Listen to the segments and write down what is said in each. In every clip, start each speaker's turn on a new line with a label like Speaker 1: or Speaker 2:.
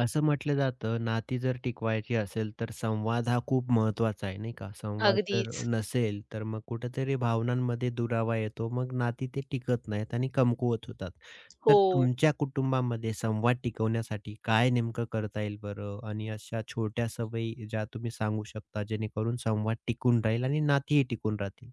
Speaker 1: असं म्हटलं जातं, नाती जर टिकवायची असेल, तर संवाद हा खूप महत्त्वाचा आहे, नाही का? संवाद जर
Speaker 2: अगदीच.
Speaker 1: नसेल, तर मग कुठेतरी भावनांमध्ये दुरावा येतो. मग नाती ते टिकत नाहीत आणि कमकुवत होतात. तर
Speaker 2: हो.
Speaker 1: तुमच्या कुटुंबामध्ये संवाद टिकवण्यासाठी काय नेमकं करता येईल बरं? आणि अशा छोट्या सवयी ज्या तुम्ही सांगू शकता, जेणेकरून संवाद टिकून राहील आणि नातीही टिकून राहतील?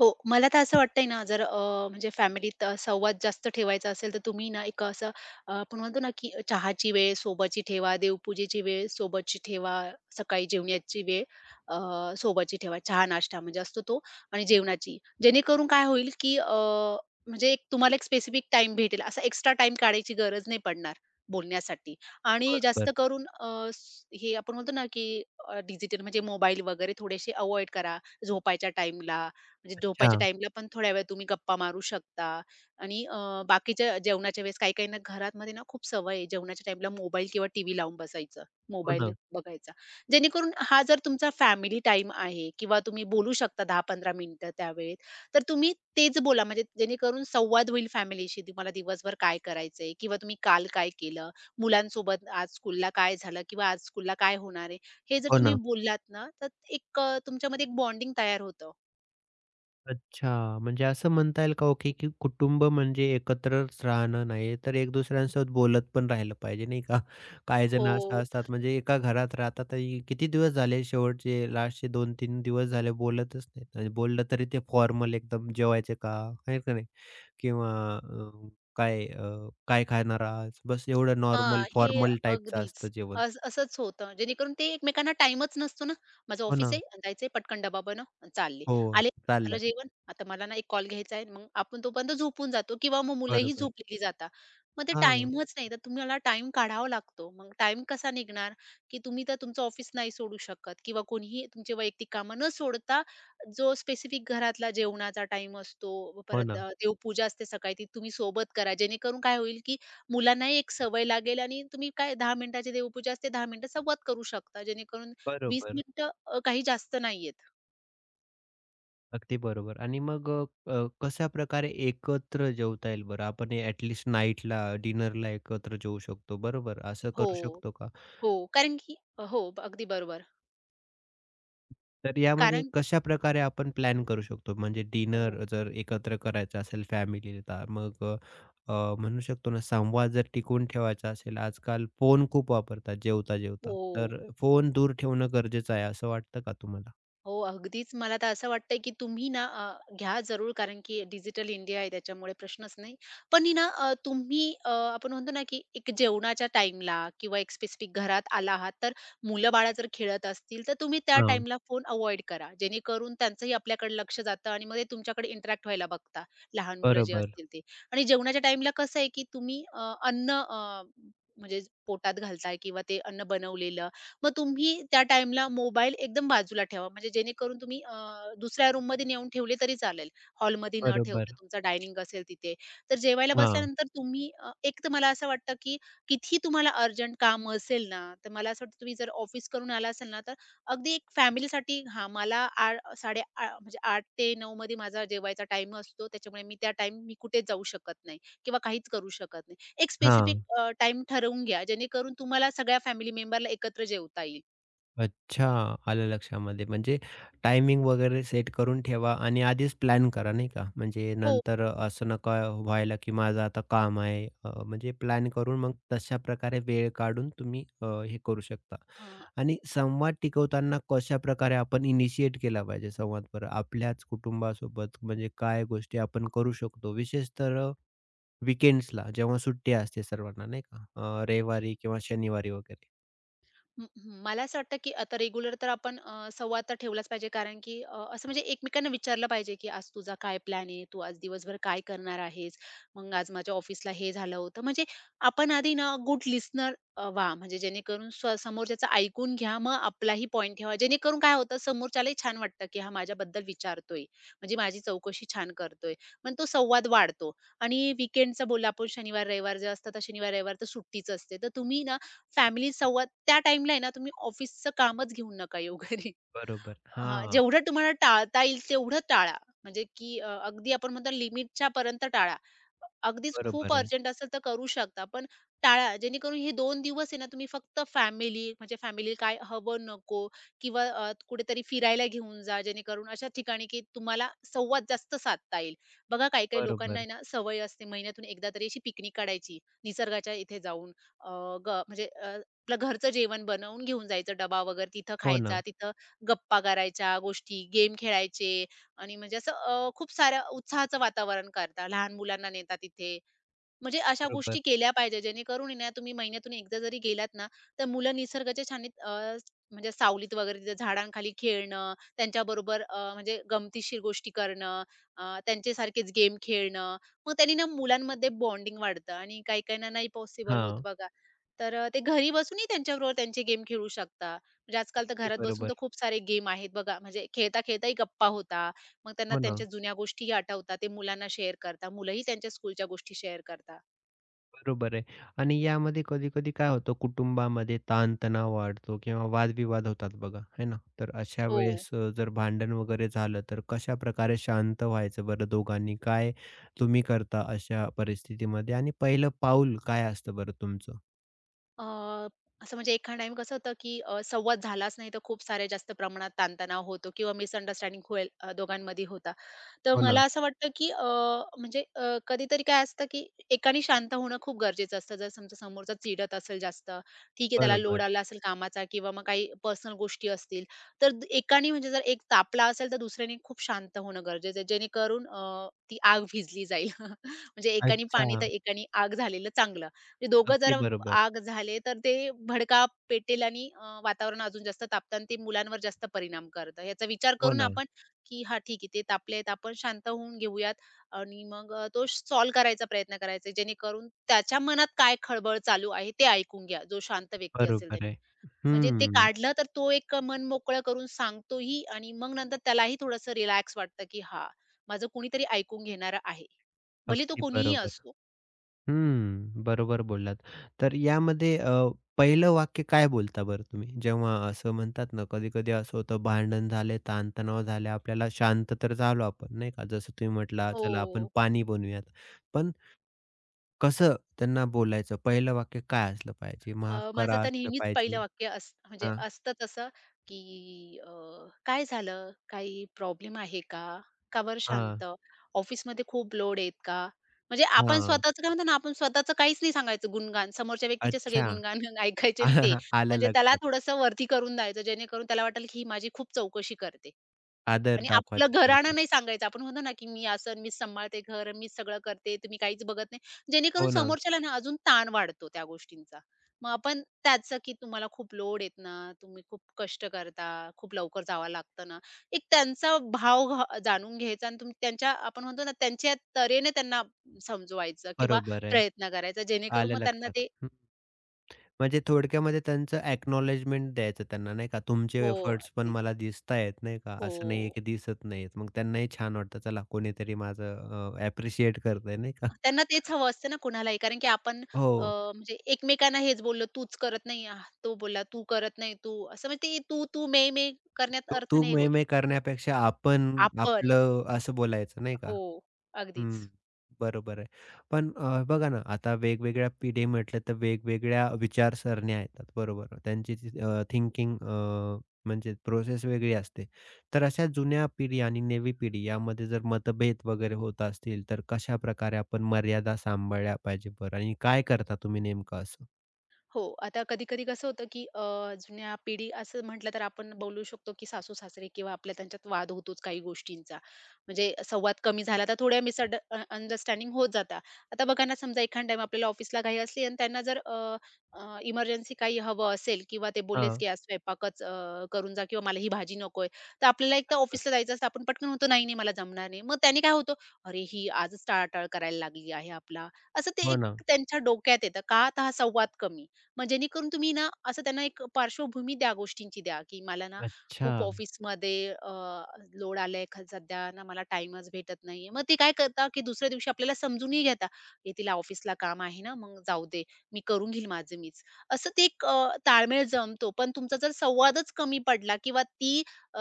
Speaker 2: हो, मला तर असं वाटतंय ना, जर म्हणजे फॅमिलीत संवाद जास्त ठेवायचा असेल, तर तुम्ही ना एक असं आपण म्हणतो ना, की चहाची वेळ सोबतची ठेवा, देवपूजेची वेळ सोबतची ठेवा, सकाळी जेवण्याची वेळ अ, सोबतची ठेवा. चहा-नाश्ता म्हणजे असतो तो आणि जेवणाची. जेणेकरून काय होईल, की म्हणजे एक तुम्हाला एक स्पेसिफिक टाइम भेटेल. असा एक्स्ट्रा टाईम काढायची गरज नाही पडणार बोलण्यासाठी. आणि जास्त
Speaker 1: बरोबर.
Speaker 2: करून हे आपण म्हणतो ना, की डिजिटल म्हणजे मोबाईल वगैरे थोडेसे अव्हॉइड करा. झोपायच्या टाईमला म्हणजे
Speaker 1: अच्छा.
Speaker 2: झोपायच्या टाईमला पण थोड्या वेळ तुम्ही गप्पा मारू शकता आणि बाकीच्या जेवणाच्या वेळेस काही काहींना घरामध्ये ना खूप सवय आहे जेवणाच्या टाईमला मोबाईल किंवा टीव्ही लावून बसायचं,
Speaker 1: हो
Speaker 2: मोबाईल
Speaker 1: ना.
Speaker 2: बघायचा. जेणेकरून हा जर तुमचा फॅमिली टाईम आहे किंवा तुम्ही बोलू शकता 10-15 मिनिटं त्यावेळेत, तर तुम्ही तेच बोला म्हणजे जेणेकरून संवाद होईल फॅमिलीशी. तुम्हाला दिवसभर काय करायचंय किंवा तुम्ही काल काय केलं, मुलांसोबत आज स्कूलला काय झालं किंवा आज स्कूलला काय होणार आहे, हे जर
Speaker 1: हो
Speaker 2: तुम्ही
Speaker 1: ना.
Speaker 2: बोललात ना, तर एक तुमच्यामध्ये एक बॉन्डिंग तयार होतं.
Speaker 1: अच्छा. म्हणजे असं म्हणता येईल का, ओके, की कुटुंब म्हणजे एकत्रच राहणं नाही, तर एक दुसऱ्यांसोबत बोलत पण राहिलं पाहिजे, नाही का? काही जण
Speaker 2: हो.
Speaker 1: असं असतात, म्हणजे एका घरात राहतात आणि किती दिवस झाले, शेवटचे लास्टचे 2-3 दिवस झाले बोलतच नाहीत आणि बोललं तरी ते फॉर्मल एकदम, "जेवायचे का?" आहे का नाही? किंवा अ, "काय काय खाणार आज?" बस एवढं
Speaker 2: हां,
Speaker 1: नॉर्मल,
Speaker 2: हे
Speaker 1: फॉर्मल टाईपचं असतं
Speaker 2: अगदीच.
Speaker 1: जेवण.
Speaker 2: असं होतं. जेणेकरून ते एकमेकांना टाईमच नसतो ना. माझं
Speaker 1: हो
Speaker 2: ऑफिस
Speaker 1: ना.
Speaker 2: आहे आणि जायचंय पटकन डबा बनव आणि चालले.
Speaker 1: हो,
Speaker 2: आले, झालं
Speaker 1: चाललं.
Speaker 2: जेवण, आता मला ना एक कॉल घ्यायचा आहे. मग आपण तोपर्यंत झोपून जातो किंवा मग मुलंही
Speaker 1: बरोबर.
Speaker 2: झोपलेली जातात. मग ते
Speaker 1: हां.
Speaker 2: टाईमच नाही. तर तुम्हाला टाईम काढावा लागतो. मग टाईम कसा निघणार, की तुम्ही तर तुमचं ऑफिस नाही सोडू शकत किंवा कोणीही तुमची वैयक्तिक कामं न सोडता जो स्पेसिफिक घरातला जेवणाचा टाईम असतो,
Speaker 1: हो
Speaker 2: परत
Speaker 1: ना.
Speaker 2: देवपूजा असते सकाळी ती तुम्ही सोबत करा. जेणेकरून काय होईल, की मुलांनाही एक सवय लागेल आणि तुम्ही काय 10 मिनिटाची देवपूजा असते, 10 मिनिटं संवाद करू शकता. जेणेकरून 20
Speaker 1: बरोबर.
Speaker 2: मिनिटं काही जास्त नाहीयेत.
Speaker 1: अगदी बरोबर आणि मग अ, कशा प्रकारे एकत्र जेवता येईल बरं? आपण ॲट नाईटला, डिनरला एकत्र जेवू शकतो, बरोबर? असं
Speaker 2: हो,
Speaker 1: करू शकतो का?
Speaker 2: हो. कारण की हो, अगदी बरोबर.
Speaker 1: तर यामध्ये
Speaker 2: कारण
Speaker 1: कशा प्रकारे आपण प्लॅन करू शकतो? म्हणजे
Speaker 2: हो,
Speaker 1: डिनर जर एकत्र करायचं असेल फॅमिलीला, मग अ, म्हणू शकतो ना, संवाद जर टिकवून ठेवायचा असेल, आजकाल फोन खूप वापरतात जेवता-जेवता,
Speaker 2: हो.
Speaker 1: तर फोन दूर ठेवणं गरजेचं आहे, असं वाटतं का तुम्हाला?
Speaker 2: हो, अगदीच. मला तर असं वाटतंय, की तुम्ही ना घ्या जरूर कारण की डिजिटल इंडिया आहे त्याच्यामुळे प्रश्नच नाही. पण आहे ना आपण म्हणतो ना, की एक जेवणाच्या टाईमला किंवा एक स्पेसिफिक घरात आला आहात, तर मुलं-बाळं जर खेळत असतील, तर तुम्ही त्या
Speaker 1: हां,
Speaker 2: टाईमला फोन अव्हॉइड करा. जेणेकरून त्यांचंही आपल्याकडे लक्ष जातं आणि मग ते तुमच्याकडे इंटरॅक्ट व्हायला बघता, लहान मुलं जे
Speaker 1: बरोबर,
Speaker 2: असतील ते. आणि जेवणाच्या टाईमला कसं आहे, की तुम्ही अन्न म्हणजे पोटात घालताय किंवा ते अन्न बनवलेलं मग तुम्ही त्या टाईमला मोबाईल एकदम बाजूला ठेवा. म्हणजे जेणेकरून तुम्ही दुसऱ्या रूममध्ये नेऊन ठेवले तरी चालेल. हॉलमध्ये न ठेवता
Speaker 1: बरोबर.
Speaker 2: तुमचा डायनिंग असेल तिथे. तर जेवायला
Speaker 1: हां,
Speaker 2: बसल्यानंतर तुम्ही एक तर मला असं वाटतं, की कितीही तुम्हाला अर्जंट काम असेल ना, तर मला असं वाटतं तुम्ही जर ऑफिस करून आला असाल ना, तर अगदी एक फॅमिलीसाठी हां, मला आ साडे आ म्हणजे 8 ते 9 मध्ये माझा जेवायचा टाईम असतो. त्याच्यामुळे मी त्या टाईम कुठेच जाऊ शकत नाही किंवा काहीच करू शकत नाही. एक स्पेसिफिक
Speaker 1: हां.
Speaker 2: टाईम ठरवून घ्या, जेणेकरून तुम्हाला सगळ्या फॅमिली मेंबरला एकत्र जेवता येईल.
Speaker 1: अच्छा, आलं लक्षामध्ये. म्हणजे टायमिंग वगैरे सेट करून ठेवा आणि आधीच प्लॅन करा नाही का? म्हणजे
Speaker 2: हो.
Speaker 1: नंतर असं नका व्हायला, की माझं आता काम आहे. म्हणजे प्लॅन करून मग तशाप्रकारे वेळ काढून तुम्ही हे करू शकता.
Speaker 2: हां.
Speaker 1: आणि संवाद टिकवताना कशाप्रकारे आपण इनिशिएट केला पाहिजे संवाद बरं? आपल्याच कुटुंबासोबत म्हणजे काय गोष्टी आपण करू शकतो? विशेषतः जेव्हा सुट्टी असते सर्वांना नाही का? रविवारी किंवा शनिवारी वगैरे.
Speaker 2: हं, हं. मला असं वाटतं, की आता रेग्युलर तर आपण संवाद तर ठेवलाच पाहिजे, कारण की असं म्हणजे एकमेकांना विचारलं पाहिजे, की "आज तुझा काय प्लॅन आहे? तू आज दिवसभर काय करणार आहेस? मग आज माझ्या ऑफिसला हे झालं होतं." म्हणजे आपण आधी ना गुड लिस्टनर व्हा, म्हणजे जेणेकरून समोरच्याचं ऐकून घ्या, मग आपलाही पॉइंट ठेवा. जेणेकरून काय होतं, समोरच्यालाही छान वाटतं, की हा माझ्याबद्दल विचारतोय, म्हणजे माझी चौकशी छान करतोय. मग तो संवाद वाढतो आणि वीकेंडचा बोलला आपण शनिवार-रविवार जे असतात, तर शनिवार-रविवार तर सुट्टीच असते. तर तुम्ही ना फॅमिली संवाद त्या टाईमला आहे ना तुम्ही ऑफिसचं कामच घेऊन नका येऊ घरी.
Speaker 1: बरोबर.
Speaker 2: हां,
Speaker 1: हां,
Speaker 2: जेवढं तुम्हाला टाळता येईल तेवढं टाळा. म्हणजे की अगदी आपण म्हणतो लिमिटच्या पर्यंत टाळा. अगदीच खूप
Speaker 1: बरोबर आहे.
Speaker 2: अर्जंट असेल तर करू शकता, पण टाळा. जेणेकरून हे 2 दिवस आहे ना, तुम्ही फक्त फॅमिली म्हणजे फॅमिलीला काय हवं, नको किंवा कुठेतरी फिरायला घेऊन जा, जेणेकरून अशा ठिकाणी की तुम्हाला संवाद जास्त साधता येईल. बघा काही-काही लोकांना
Speaker 1: बरोबर.
Speaker 2: आहे ना, सवय असते महिन्यातून एकदा तरी अशी पिकनिक काढायची, निसर्गाच्या इथे जाऊन. अ, ग म्हणजे अ, आपलं घरचं जेवण बनवून घेऊन जायचं, डबा वगैरे तिथं
Speaker 1: हो ना.
Speaker 2: खायचा, तिथं गप्पा करायच्या, गोष्टी, गेम खेळायचे आणि म्हणजे असं खूप साऱ्या उत्साहाचं वातावरण करता. लहान मुलांना नेता तिथे. म्हणजे अशा गोष्टी
Speaker 1: बरोबर.
Speaker 2: केल्या पाहिजे जेणेकरून आहे ना तुम्ही महिन्यातून एकदा जरी गेलात ना, तर मुलं निसर्गाच्या छावणीत म्हणजे सावलीत वगैरे तिथे झाडांखाली खेळणं, त्यांच्याबरोबर म्हणजे गमतीशीर गोष्टी करणं, त्यांच्यासारखेच गेम खेळणं. मग त्यांनी ना मुलांमध्ये बॉन्डिंग वाढतं आणि काही काहींना नाही पॉसिबल होत
Speaker 1: हां.
Speaker 2: बघा. तर ते घरी बसूनही त्यांच्याबरोबर त्यांचे गेम खेळू शकता. म्हणजे आजकाल तर
Speaker 1: ते
Speaker 2: घरात बसून
Speaker 1: बरोबर.
Speaker 2: तर खूप सारे गेम आहेत बघा. म्हणजे खेळता-खेळताही गप्पा होता. मग त्यांना
Speaker 1: हो ना.
Speaker 2: त्यांच्या जुन्या गोष्टीही आठवतात. ते मुलांना शेअर करता. मुलंही त्यांच्या स्कूलच्या गोष्टी शेअर करतात.
Speaker 1: बरोबर आहे. आणि यामध्ये कधी-कधी काय होतं कुटुंबामध्ये ताण-तणाव वाढतो किंवा वादविवाद होतात बघा, है ना? तर अशा
Speaker 2: हो.
Speaker 1: वेळेस जर भांडण वगैरे झालं तर कशाप्रकारे शांत व्हायचं बरं दोघांनी? काय तुम्ही करता अशा परिस्थितीमध्ये आणि पहिलं पाऊल काय असतं बरं तुमचं?
Speaker 2: अ, असं म्हणजे एखाद टाईम कसं होतं, की संवाद झालाच नाही, तर खूप साऱ्या जास्त प्रमाणात ताणतणाव होतो किंवा मिसअंडरस्टँडिंग होईल दोघांमध्ये होता. तर
Speaker 1: हो ना.
Speaker 2: मला असं वाटतं, की कधीतरी काय असतं, की एकाने शांत होणं खूप गरजेचं असतं. जर समजा समोरचा चिडत असेल जास्त, ठीक आहे त्याला लोड
Speaker 1: बरोबर.
Speaker 2: आला असेल कामाचा किंवा मग काही पर्सनल गोष्टी असतील, तर एकाने म्हणजे जर एक तापला असेल, तर दुसऱ्याने खूप शांत होणं गरजेचं आहे. जेणेकरून ती आग भिजली जाईल. म्हणजे एकाने
Speaker 1: अच्छा.
Speaker 2: पाणी तर एकाने आग झालेलं चांगलं. म्हणजे दोघं
Speaker 1: अगदी
Speaker 2: जर
Speaker 1: बरोबर.
Speaker 2: आग झाले, तर ते भडका पेटेल आणि वातावरण अजून जास्त तापतं आणि ते मुलांवर जास्त परिणाम करतं. याचा विचार
Speaker 1: हो
Speaker 2: करून
Speaker 1: ना.
Speaker 2: आपण की हा ठीक आहे ते तापलेत, आपण शांत होऊन घेऊयात आणि मग तो सॉल्व्ह करायचा प्रयत्न करायचा, जेणेकरून त्याच्या मनात काय खळबळ चालू आहे ते ऐकून घ्या, जो शांत व्यक्ती असेल
Speaker 1: बरोबर
Speaker 2: त्याने.
Speaker 1: आहे.
Speaker 2: म्हणजे ते
Speaker 1: हं.
Speaker 2: काढलं तर तो एक मन मोकळं करून सांगतोही आणि मग नंतर त्यालाही थोडंसं रिलॅक्स वाटतं, की हां, माझं कोणीतरी ऐकून घेणारं आहे. भले तो
Speaker 1: अगदी
Speaker 2: कोणीही
Speaker 1: बरोबर.
Speaker 2: असो.
Speaker 1: हम्म, बरोबर बोललात. तर यामध्ये पहिलं वाक्य काय बोलता बरं तुम्ही? जेव्हा असं म्हणतात ना, कधी-कधी असं होतं भांडण झाले, ताणतणाव झाले, आपल्याला शांत तर झालो आपण नाही का? जसं तुम्ही म्हटला, चला आपण
Speaker 2: हो.
Speaker 1: पाणी बनवूयात. पण कसं त्यांना बोलायचं? पहिलं वाक्य काय असलं पाहिजे? माफ
Speaker 2: माझं
Speaker 1: करा
Speaker 2: तर
Speaker 1: असलं
Speaker 2: नेहमीच पहिलं
Speaker 1: पाहिजे?
Speaker 2: वाक्य म्हणजे
Speaker 1: हां,
Speaker 2: असतं तसं, की "काय झालं? काही प्रॉब्लेम आहे का? का बरं
Speaker 1: हां,
Speaker 2: शांत? ऑफिसमध्ये खूप लोड आहेत का?" म्हणजे आपण
Speaker 1: हां.
Speaker 2: स्वतःचं काय म्हणतो ना, आपण स्वतःचं काहीच नाही सांगायचं गुणगान. समोरच्या व्यक्तीचे सगळे
Speaker 1: अच्छा.
Speaker 2: गुणगान ऐकायचे आणि ते.
Speaker 1: आलं
Speaker 2: म्हणजे त्याला
Speaker 1: लक्षात.
Speaker 2: थोडंसं वरती करून द्यायचं, जेणेकरून त्याला वाटेल, की ही माझी खूप चौकशी करते.
Speaker 1: आदर
Speaker 2: आणि आपलं
Speaker 1: दाखवायचा
Speaker 2: घराणं
Speaker 1: थोडक्यात.
Speaker 2: नाही सांगायचं. आपण म्हणतो ना, की मी असं सांभाळते घर, मी सगळं करते, तुम्ही काहीच बघत नाही. जेणेकरून
Speaker 1: हो ना,
Speaker 2: समोरच्याला ना अजून ताण वाढतो त्या गोष्टींचा. मग आपण त्याचं, की तुम्हाला खूप लोड आहेत ना, तुम्ही खूप कष्ट करता, खूप लवकर जावं लागतं ना. एक त्यांचा भाव जाणून घ्यायचा आणि तुम्ही त्यांच्या आपण म्हणतो ना, त्यांच्या तऱ्हेने त्यांना समजवायचं किंवा
Speaker 1: बरोबर आहे.
Speaker 2: प्रयत्न करायचा. जेणेकरून
Speaker 1: आलं
Speaker 2: मग त्यांना
Speaker 1: लक्षात.
Speaker 2: ते
Speaker 1: म्हणजे थोडक्यामध्ये त्यांचं अॅक्नॉलेजमेंट द्यायचं त्यांना, नाही का? तुमचे
Speaker 2: हो,
Speaker 1: एफर्ट्स पण
Speaker 2: अगदी.
Speaker 1: मला दिसतायत, नाही का? असं नाहीये
Speaker 2: हो.
Speaker 1: की दिसत नाहीयेत. मग त्यांनाही छान वाटतं, चला कोणीतरी माझं ॲप्रिशिएट करतंय, नाही का?
Speaker 2: त्यांना तेच हवं असतं ना कुणालाही. कारण की आपण अ,
Speaker 1: हो.
Speaker 2: म्हणजे एकमेकांना हेच बोललो, "तूच करत नाही." आह, तो बोला, "तू करत नाही, तू." असं म्हणजे ते तू, तू, मे, मे करण्यात
Speaker 1: तू
Speaker 2: अर्थ
Speaker 1: तू,
Speaker 2: नाही
Speaker 1: मैं,
Speaker 2: होत.
Speaker 1: मैं करण्यापेक्षा आपण
Speaker 2: आपण
Speaker 1: आपलं असं बोलायचं, नाही का?
Speaker 2: हो, अगदीच.
Speaker 1: हं, बरोबर आहे. पण बघा ना, आता वेगवेगळ्या पिढी म्हटलं तर वेगवेगळ्या विचारसरण्या येतात, बरोबर. त्यांची थिंकिंग म्हणजे प्रोसेस वेगळी असते. तर अशा जुन्या पिढी आणि नवी पिढी यामध्ये जर मतभेद वगैरे होत असतील, तर कशाप्रकारे आपण मर्यादा सांभाळल्या पाहिजे बरं आणि काय करता तुम्ही नेमकं असं?
Speaker 2: हो, आता कधी-कधी कसं होतं, की जुन्या पिढी असं म्हटलं तर आपण बोलू शकतो, की सासू-सासरे किंवा आपल्या त्यांच्यात वाद होतोच काही गोष्टींचा. म्हणजे संवाद कमी झाला तर थोड्या अंडरस्टँडिंग होत जाता. आता बघा ना, समजा एखाद टाईम आपल्याला ऑफिसला घाई असली आणि त्यांना जर इमर्जन्सी काही हवं असेल किंवा ते बोललेच,
Speaker 1: हां,
Speaker 2: की आज स्वयंपाकच करून जा किंवा मला ही भाजी नकोय. तर आपल्याला एक तर ऑफिसला जायचं असतं, आपण पटकन म्हणतो, "नाही, नाही, मला जमणार नाही." मग त्याने काय होतं, "अरे, ही आजच टाळाटाळ करायला लागली आहे आपला." असं ते
Speaker 1: हो ना.
Speaker 2: एक त्यांच्या डोक्यात येतं. का? तर हा संवाद कमी. मग जेणेकरून तुम्ही ना असं त्यांना एक पार्श्वभूमी द्या गोष्टींची, की मला ना
Speaker 1: अच्छा.
Speaker 2: खूप ऑफिसमध्ये लोड आलाय सध्या ना मला टाईमच भेटत नाहीये. मग ते काय करता, की दुसऱ्या दिवशी आपल्याला समजूनही घेता, "हे तिला ऑफिसला काम आहे ना, मग जाऊ दे. मी करून घेईल माझं मीच." असं ते एक ताळमेळ जमतो. पण तुमचा जर संवादच कमी पडला किंवा ती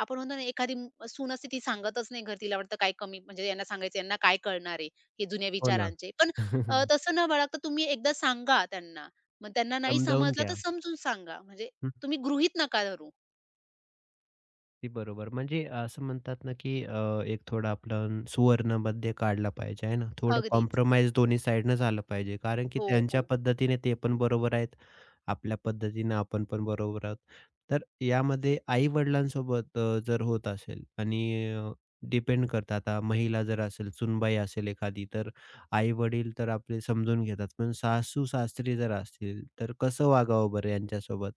Speaker 2: आपण म्हणतो ना एखादी सून असते ती सांगतच नाही घर. तिला वाटतं काय कमी म्हणजे यांना सांगायचं यांना काय कळणार आहे, हे जुन्या
Speaker 1: हो ना.
Speaker 2: विचारांचे. पण तसं न बाळगता तुम्ही एकदा सांगा त्यांना. मग त्यांना नाही
Speaker 1: समजावून
Speaker 2: समजलं तर
Speaker 1: घ्या.
Speaker 2: समजून सांगा. म्हणजे तुम्ही गृहीत नका धरू.
Speaker 1: अगदी बरोबर. म्हणजे असं म्हणतात ना, की एक थोडं आपलं सुवर्ण मध्य काढला पाहिजे आहे ना. थोडं
Speaker 2: अगदीच.
Speaker 1: कॉम्प्रोमाईज दोन्ही साइडनं झालं पाहिजे. कारण की
Speaker 2: हो,
Speaker 1: त्यांच्या
Speaker 2: हो.
Speaker 1: पद्धतीने ते पण बरोबर आहेत. आपल्या पद्धतीने आपण पण बरोबर आहोत. तर यामध्ये आई-वडिलांसोबत जर होत असेल आणि डिपेंड करतं आता महिला जर असेल, सूनबाई असेल एखादी, तर आई-वडील तर आपले समजून घेतात. पण सासू-सासरे जर असतील, तर कसं वागावं बरं यांच्यासोबत?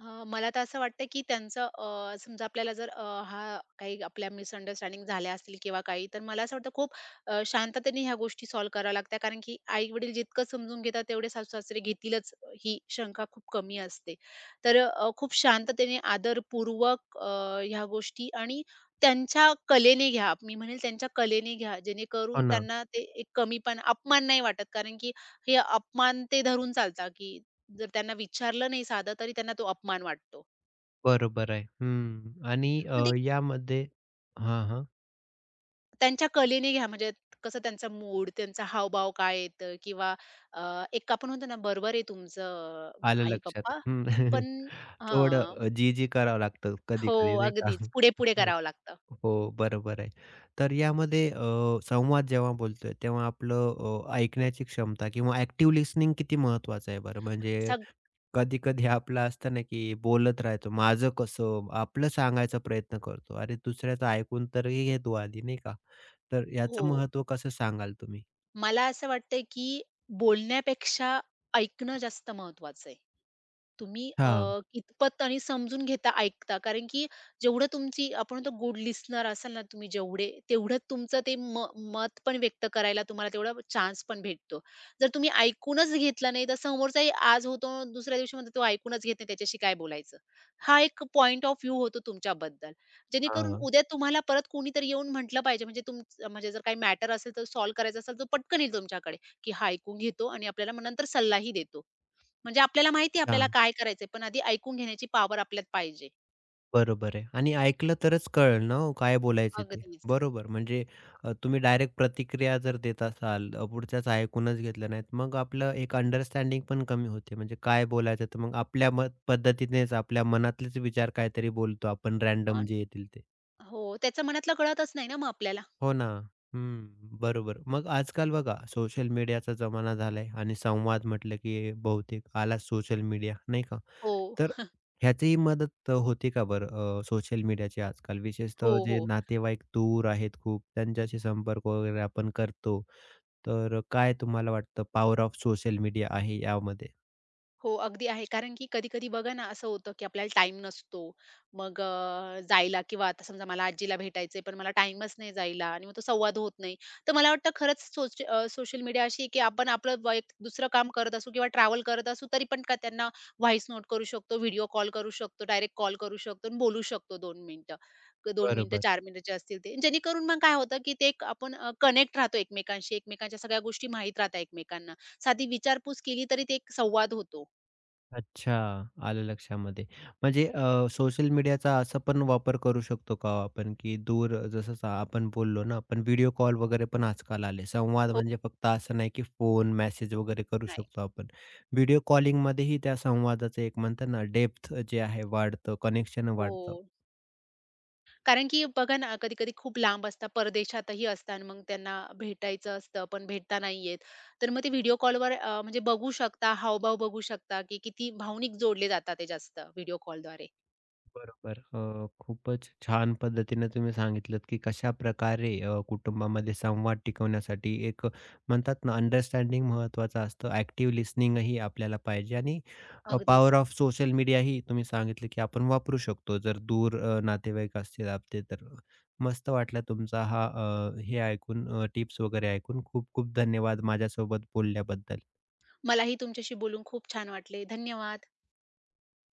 Speaker 2: मला तर असं वाटतं, की समजा आपल्याला जर हा काही आपल्या मिसअंडरस्टँडिंग झाल्या असतील किंवा काही, तर मला असं वाटतं खूप शांततेने ह्या गोष्टी सॉल्व्ह कराव्या लागतात. कारण की आई-वडील जितकं समजून घेतात, तेवढे सासू-सासरे घेतीलच ही शंका खूप कमी असते. तर खूप शांततेने आदरपूर्वक ह्या गोष्टी आणि त्यांच्या कलेने घ्या. मी म्हणेल त्यांच्या कलेने घ्या,
Speaker 1: हो
Speaker 2: जेणेकरून
Speaker 1: ना.
Speaker 2: त्यांना ते एक कमीपणा, अपमान नाही वाटत. कारण की हे अपमान ते धरून चालतात, की जर त्यांना विचारलं नाही साधं तरी त्यांना तो अपमान वाटतो.
Speaker 1: बरोबर आहे. हं. आणि
Speaker 2: मग ते
Speaker 1: यामध्ये हां, हां.
Speaker 2: त्यांच्या कलेने घ्या म्हणजे कसं त्यांचा मूड, त्यांचा हावभाव काय येतं किंवा एक आपण म्हणतो ना बरोबर आहे तुमचं
Speaker 1: आलं लक्षात.
Speaker 2: आई-पप्पा
Speaker 1: हं.
Speaker 2: पण
Speaker 1: थोडं
Speaker 2: हां.
Speaker 1: जी-जी करावं लागतं
Speaker 2: हो,
Speaker 1: कधी-कधी नाही का?
Speaker 2: अगदीच. पुढे-पुढे
Speaker 1: हं.
Speaker 2: करावं लागतं.
Speaker 1: हो, बरोबर आहे. तर यामध्ये संवाद जेव्हा बोलतोय तेव्हा आपलं ऐकण्याची क्षमता किंवा ॲक्टिव्ह लिसनिंग किती महत्त्वाचं आहे बरं? म्हणजे
Speaker 2: सग
Speaker 1: कधी-कधी आपलं असतं ना, की बोलत राहतो, माझं कसं? आपलं सांगायचा प्रयत्न करतो. अरे दुसऱ्याचं ऐकून तरी घेतो आधी नाही का? तर
Speaker 2: हो.
Speaker 1: याचं महत्त्व कसं सांगाल तुम्ही?
Speaker 2: मला असं वाटतंय, की बोलण्यापेक्षा ऐकणं जास्त महत्वाचं आहे. तुम्ही
Speaker 1: हां,
Speaker 2: कितपत आणि समजून घेता, ऐकता. कारण की जेवढं तुमची आपण तो गुड लिस्टनर असाल ना तुम्ही जेवढे, तेवढं तुमचं ते मत पण व्यक्त करायला तुम्हाला तेवढा चान्स पण भेटतो. जर तुम्ही ऐकूनच घेतला नाही, तर समोरचाही आज होतो, दुसऱ्या दिवशी म्हणतो, "तो ऐकूनच घेत नाही, त्याच्याशी काय बोलायचं?" हा एक पॉइंट ऑफ व्ह्यू होतो तुमच्याबद्दल. जेणेकरून
Speaker 1: हां.
Speaker 2: उद्या तुम्हाला परत कोणीतरी येऊन म्हटलं पाहिजे म्हणजे म्हणजे जर काही मॅटर असेल तर सॉल्व्ह करायचं असेल तर पटकन येईल तुमच्याकडे, की हा ऐकून घेतो आणि आपल्याला मग नंतर सल्लाही देतो. म्हणजे आपल्याला माहिती आहे
Speaker 1: हां,
Speaker 2: आपल्याला काय करायचंय, पण आधी ऐकून घेण्याची पॉवर आपल्यात पाहिजे.
Speaker 1: बरोबर आहे आणि ऐकलं तरच कळेल ना हो, काय बोलायचे ते.
Speaker 2: अगदीच.
Speaker 1: बरोबर म्हणजे तुम्ही डायरेक्ट प्रतिक्रिया जर देत असाल, पुढच्याचं ऐकूनच घेतलं नाहीत, मग आपलं एक अंडरस्टँडिंग पण कमी होते. म्हणजे काय बोलायचं तर मग आपल्या मत पद्धतीनेच आपल्या मनातलेच विचार काहीतरी बोलतो आपण रँडम
Speaker 2: अन्
Speaker 1: जे येतील ते.
Speaker 2: हो, त्याचं मनातलं कळतच नाही ना मग आपल्याला.
Speaker 1: हो ना. हं, बरोबर. मग आजकाल बघा सोशल मीडियाचा जमाना झालाय आणि संवाद म्हटलं की बहुतेक आला सोशल मीडिया, नाही का?
Speaker 2: हो,
Speaker 1: तर ह्याचीही मदत होते का बरं सोशल मीडियाची आजकाल?
Speaker 2: हो,
Speaker 1: विशेषतः जे
Speaker 2: हो.
Speaker 1: नातेवाईक दूर आहेत खूप, त्यांच्याशी संपर्क वगैरे आपण करतो. तर काय तुम्हाला वाटतं पॉवर ऑफ सोशल मीडिया आहे यामध्ये?
Speaker 2: हो, अगदी आहे. कारण की कधी-कधी बघा ना, असं होतं की आपल्याला टाईम नसतो. मग जायला किंवा आता समजा मला आजीला भेटायचंय, पण मला टाईमच नाही जायला आणि मग तो संवाद होत नाही. तर मला वाटतं खरंच सोशल मीडिया अशी आहे की आपण आपलं वैयक्तिक दुसरं काम करत असू किंवा ट्रॅव्हल करत असू, तरी पण का त्यांना व्हॉईस नोट करू शकतो, व्हिडिओ कॉल करू शकतो, डायरेक्ट कॉल करू शकतो आणि बोलू शकतो 2 मिनिटं. 2 मिनिटं,
Speaker 1: बरोबर.
Speaker 2: 4 मिनिटाचे असतील ते. जेणेकरून मग काय होतं की ते एक आपण कनेक्ट राहतो एकमेकांशी. एकमेकांच्या सगळ्या गोष्टी माहीत राहतात एकमेकांना. साधी विचारपूस केली तरी ते एक संवाद होतो.
Speaker 1: अच्छा, आलं लक्षामध्ये. म्हणजे सोशल मीडियाचा असा पण वापर करू शकतो का हो आपण, की दूर जसं आपण बोललो ना, आपण व्हिडिओ कॉल वगैरे पण आजकाल आले. संवाद
Speaker 2: हो,
Speaker 1: म्हणजे फक्त असं नाही, की फोन, मेसेज वगैरे करू
Speaker 2: नाही.
Speaker 1: शकतो आपण. व्हिडिओ कॉलिंगमध्येही त्या संवादाचं एक म्हणतात ना, डेप्थ जे आहे वाढतं, कनेक्शन
Speaker 2: हो.
Speaker 1: वाढतं.
Speaker 2: कारण की बघा ना, कधी-कधी खूप लांब असतात, परदेशातही असतात आणि मग त्यांना भेटायचं असतं, पण भेटता नाही येत. तर मग ते व्हिडिओ कॉलवर म्हणजे बघू शकता, हावभाव बघू शकता, की किती भावनिक जोडले जातात ते जास्त व्हिडिओ कॉलद्वारे.
Speaker 1: बरोबर. खूपच छान पद्धतीने तुम्ही सांगितलत, की कशाप्रकारे कुटुंबामध्ये संवाद टिकवण्यासाठी एक म्हणतात ना अंडरस्टँडिंग महत्त्वाचं असतं. ॲक्टिव्ह लिसनिंगही आपल्याला पाहिजे आणि
Speaker 2: अगदीच.
Speaker 1: पॉवर ऑफ सोशल मीडियाही तुम्ही सांगितलं, की आपण वापरू शकतो जर दूर नातेवाईक असतील आपले तर. मस्त वाटलं तुमचा हा हे ऐकून टिप्स वगैरे ऐकून. खूप खूप धन्यवाद माझ्यासोबत बोलल्याबद्दल.
Speaker 2: मलाही तुमच्याशी बोलून खूप छान वाटले. धन्यवाद.